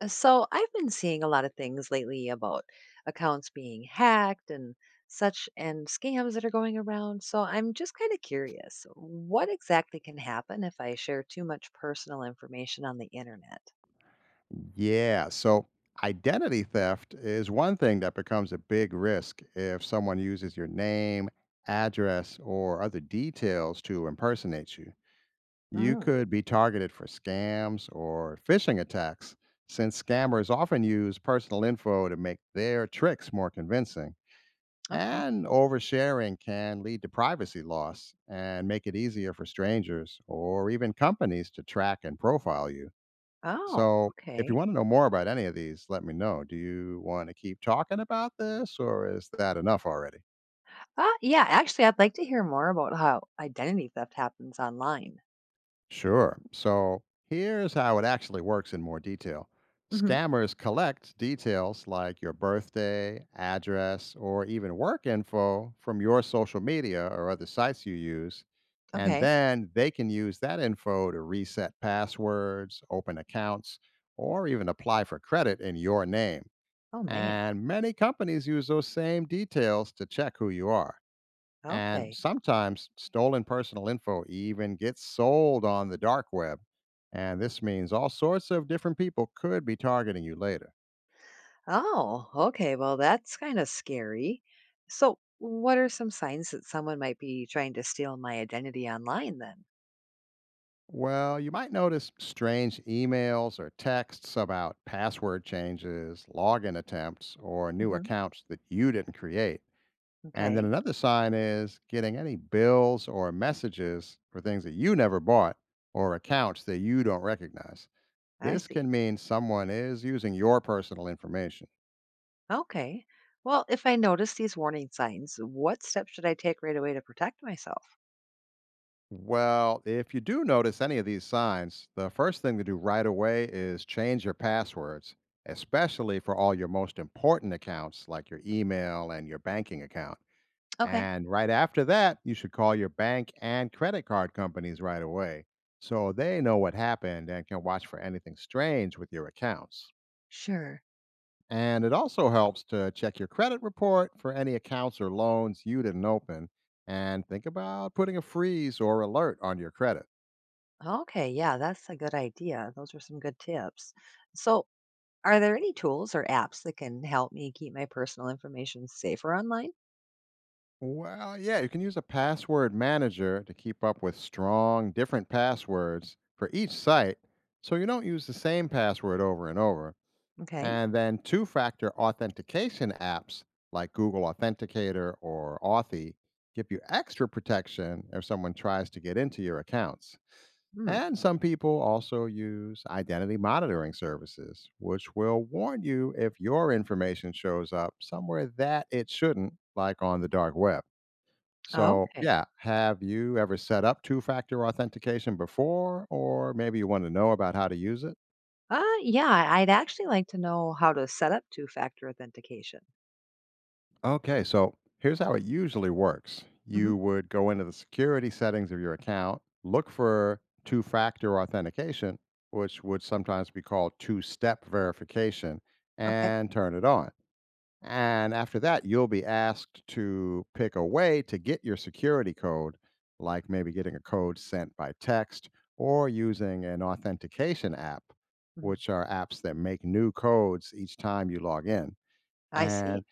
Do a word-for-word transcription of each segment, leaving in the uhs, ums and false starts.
Uh, So I've been seeing a lot of things lately about accounts being hacked and such, and scams that are going around. So I'm just kind of curious, what exactly can happen if I share too much personal information on the internet? Yeah. So identity theft is one thing that becomes a big risk if someone uses your name, address, or other details to impersonate you. You Mm, could be targeted for scams or phishing attacks, since scammers often use personal info to make their tricks more convincing. okay. And oversharing can lead to privacy loss and make it easier for strangers or even companies to track and profile you. Oh, So, if you okay. want to know more about any of these, let me know. Do you want to keep talking about this or is that enough already? Uh, yeah, actually, I'd like to hear more about how identity theft happens online. Sure. So, here's how it actually works in more detail. Hmm. Scammers collect details like your birthday, address, or even work info from your social media or other sites you use. And Okay. then they can use that info to reset passwords, open accounts, or even apply for credit in your name. Oh, man. And many companies use those same details to check who you are. And Okay. sometimes stolen personal info even gets sold on the dark web. And this means all sorts of different people could be targeting you later. Oh, okay. Well, that's kind of scary. So, what are some signs that someone might be trying to steal my identity online then? Well, you might notice strange emails or texts about password changes, login attempts, or new Hmm. accounts that you didn't create. And Okay, then another sign is getting any bills or messages for things that you never bought or accounts that you don't recognize. I This see. can mean someone is using your personal information. Okay. Well, if I notice these warning signs, what steps should I take right away to protect myself? Well, if you do notice any of these signs, the first thing to do right away is change your passwords, especially for all your most important accounts like your email and your banking account. Okay, And right after that, you should call your bank and credit card companies right away so they know what happened and can watch for anything strange with your accounts. sure. And it also helps to check your credit report for any accounts or loans you didn't open and think about putting a freeze or alert on your credit. Okay, yeah, that's a good idea. Those are some good tips. So, are there any tools or apps that can help me keep my personal information safer online? Well, yeah, you can use a password manager to keep up with strong, different passwords for each site so you don't use the same password over and over. Okay. And then two factor authentication apps like Google Authenticator or Authy give you extra protection if someone tries to get into your accounts. Hmm. And some people also use identity monitoring services, which will warn you if your information shows up somewhere that it shouldn't, like on the dark web. So, Okay. yeah, have you ever set up two factor authentication before, or maybe you want to know about how to use it? Uh, yeah, I'd actually like to know how to set up two-factor authentication. Okay, so here's how it usually works. Hmm. You would go into the security settings of your account, look for two factor authentication, which would sometimes be called two step verification, Okay. and turn it on. And after that, you'll be asked to pick a way to get your security code, like maybe getting a code sent by text or using an authentication app, Mhm. which are apps that make new codes each time you log in. I see. And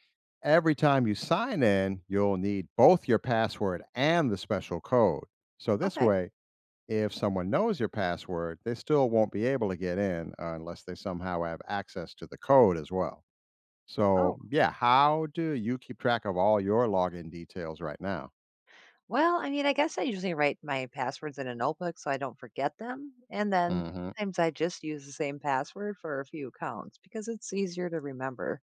every time you sign in, you'll need both your password and the special code. So this Okay. way, if someone knows your password, they still won't be able to get in uh, unless they somehow have access to the code as well. So, Oh, yeah, how do you keep track of all your login details right now? well, I mean, I guess I usually write my passwords in a notebook so I don't forget them. And then Hmm. sometimes I just use the same password for a few accounts because it's easier to remember.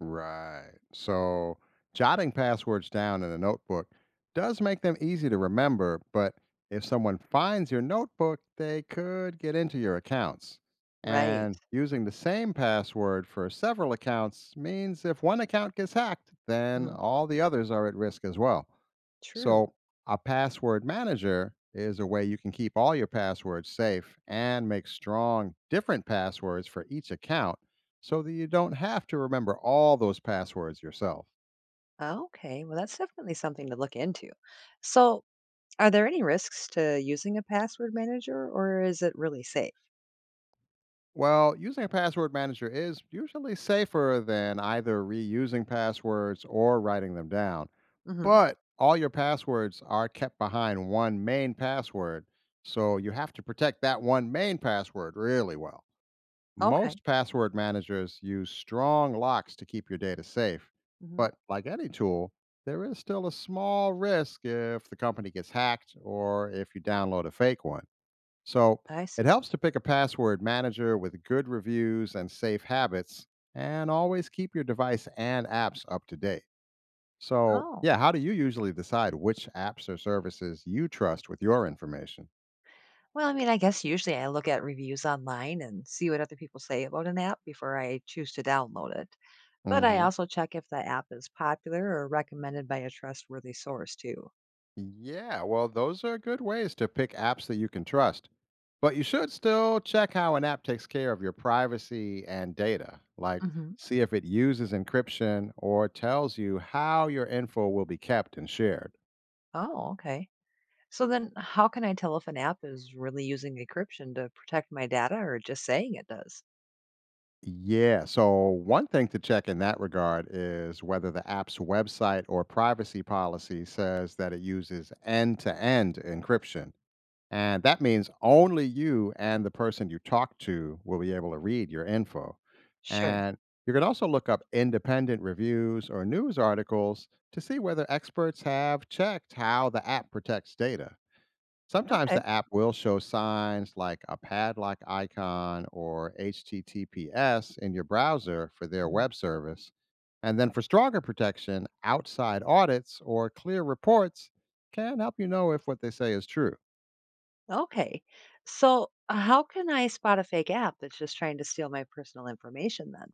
Right. So jotting passwords down in a notebook does make them easy to remember, but if someone finds your notebook, they could get into your accounts. Right. And using the same password for several accounts means if one account gets hacked, then Hmm. all the others are at risk as well. True. So, a password manager is a way you can keep all your passwords safe and make strong, different passwords for each account so that you don't have to remember all those passwords yourself. Okay. Well, that's definitely something to look into. So, are there any risks to using a password manager, or is it really safe? Well, using a password manager is usually safer than either reusing passwords or writing them down. Hmm. But all your passwords are kept behind one main password, so you have to protect that one main password really well. Okay. Most password managers use strong locks to keep your data safe, Hmm. but like any tool, there is still a small risk if the company gets hacked or if you download a fake one. So I it see. helps to pick a password manager with good reviews and safe habits, and always keep your device and apps up to date. So, Oh. yeah, how do you usually decide which apps or services you trust with your information? Well, I mean, I guess usually I look at reviews online and see what other people say about an app before I choose to download it. But I Hmm. also check if the app is popular or recommended by a trustworthy source, too. Yeah, well, those are good ways to pick apps that you can trust. But you should still check how an app takes care of your privacy and data, like Hmm. see if it uses encryption or tells you how your info will be kept and shared. Oh, okay. So then, how can I tell if an app is really using encryption to protect my data or just saying it does? Yeah, so one thing to check in that regard is whether the app's website or privacy policy says that it uses end to end encryption. And that means only you and the person you talk to will be able to read your info. Sure. And you can also look up independent reviews or news articles to see whether experts have checked how the app protects data. Sometimes Okay. the app will show signs like a padlock icon or H T T P S in your browser for their Mhm. web service. And then for stronger protection, outside audits or clear reports can help you know if what they say is true. Okay. So, uh, how can I spot a fake app that's just trying to steal my personal information then?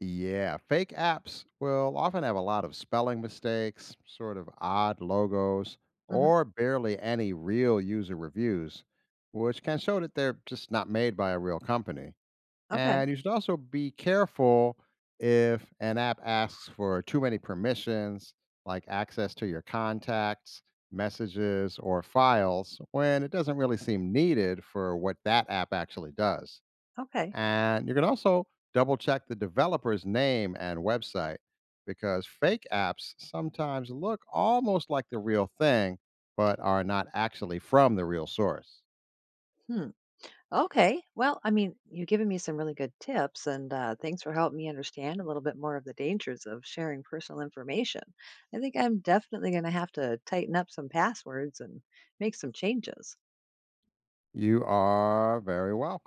Yeah, fake apps will often have a lot of spelling mistakes, sort of odd logos, Mhm. or barely any real user reviews, which can show that they're just not made by a real company. Okay. And you should also be careful if an app asks for too many permissions, like access to your contacts, messages, or files, when it doesn't really seem needed for what that app actually does. Okay. And you can also double check the developer's name and website because fake apps sometimes look almost like the real thing, but are not actually from the real source. Hmm. Okay. Well, I mean, you've given me some really good tips, and uh, thanks for helping me understand a little bit more of the dangers of sharing personal information. I think I'm definitely going to have to tighten up some passwords and make some changes. You are very welcome.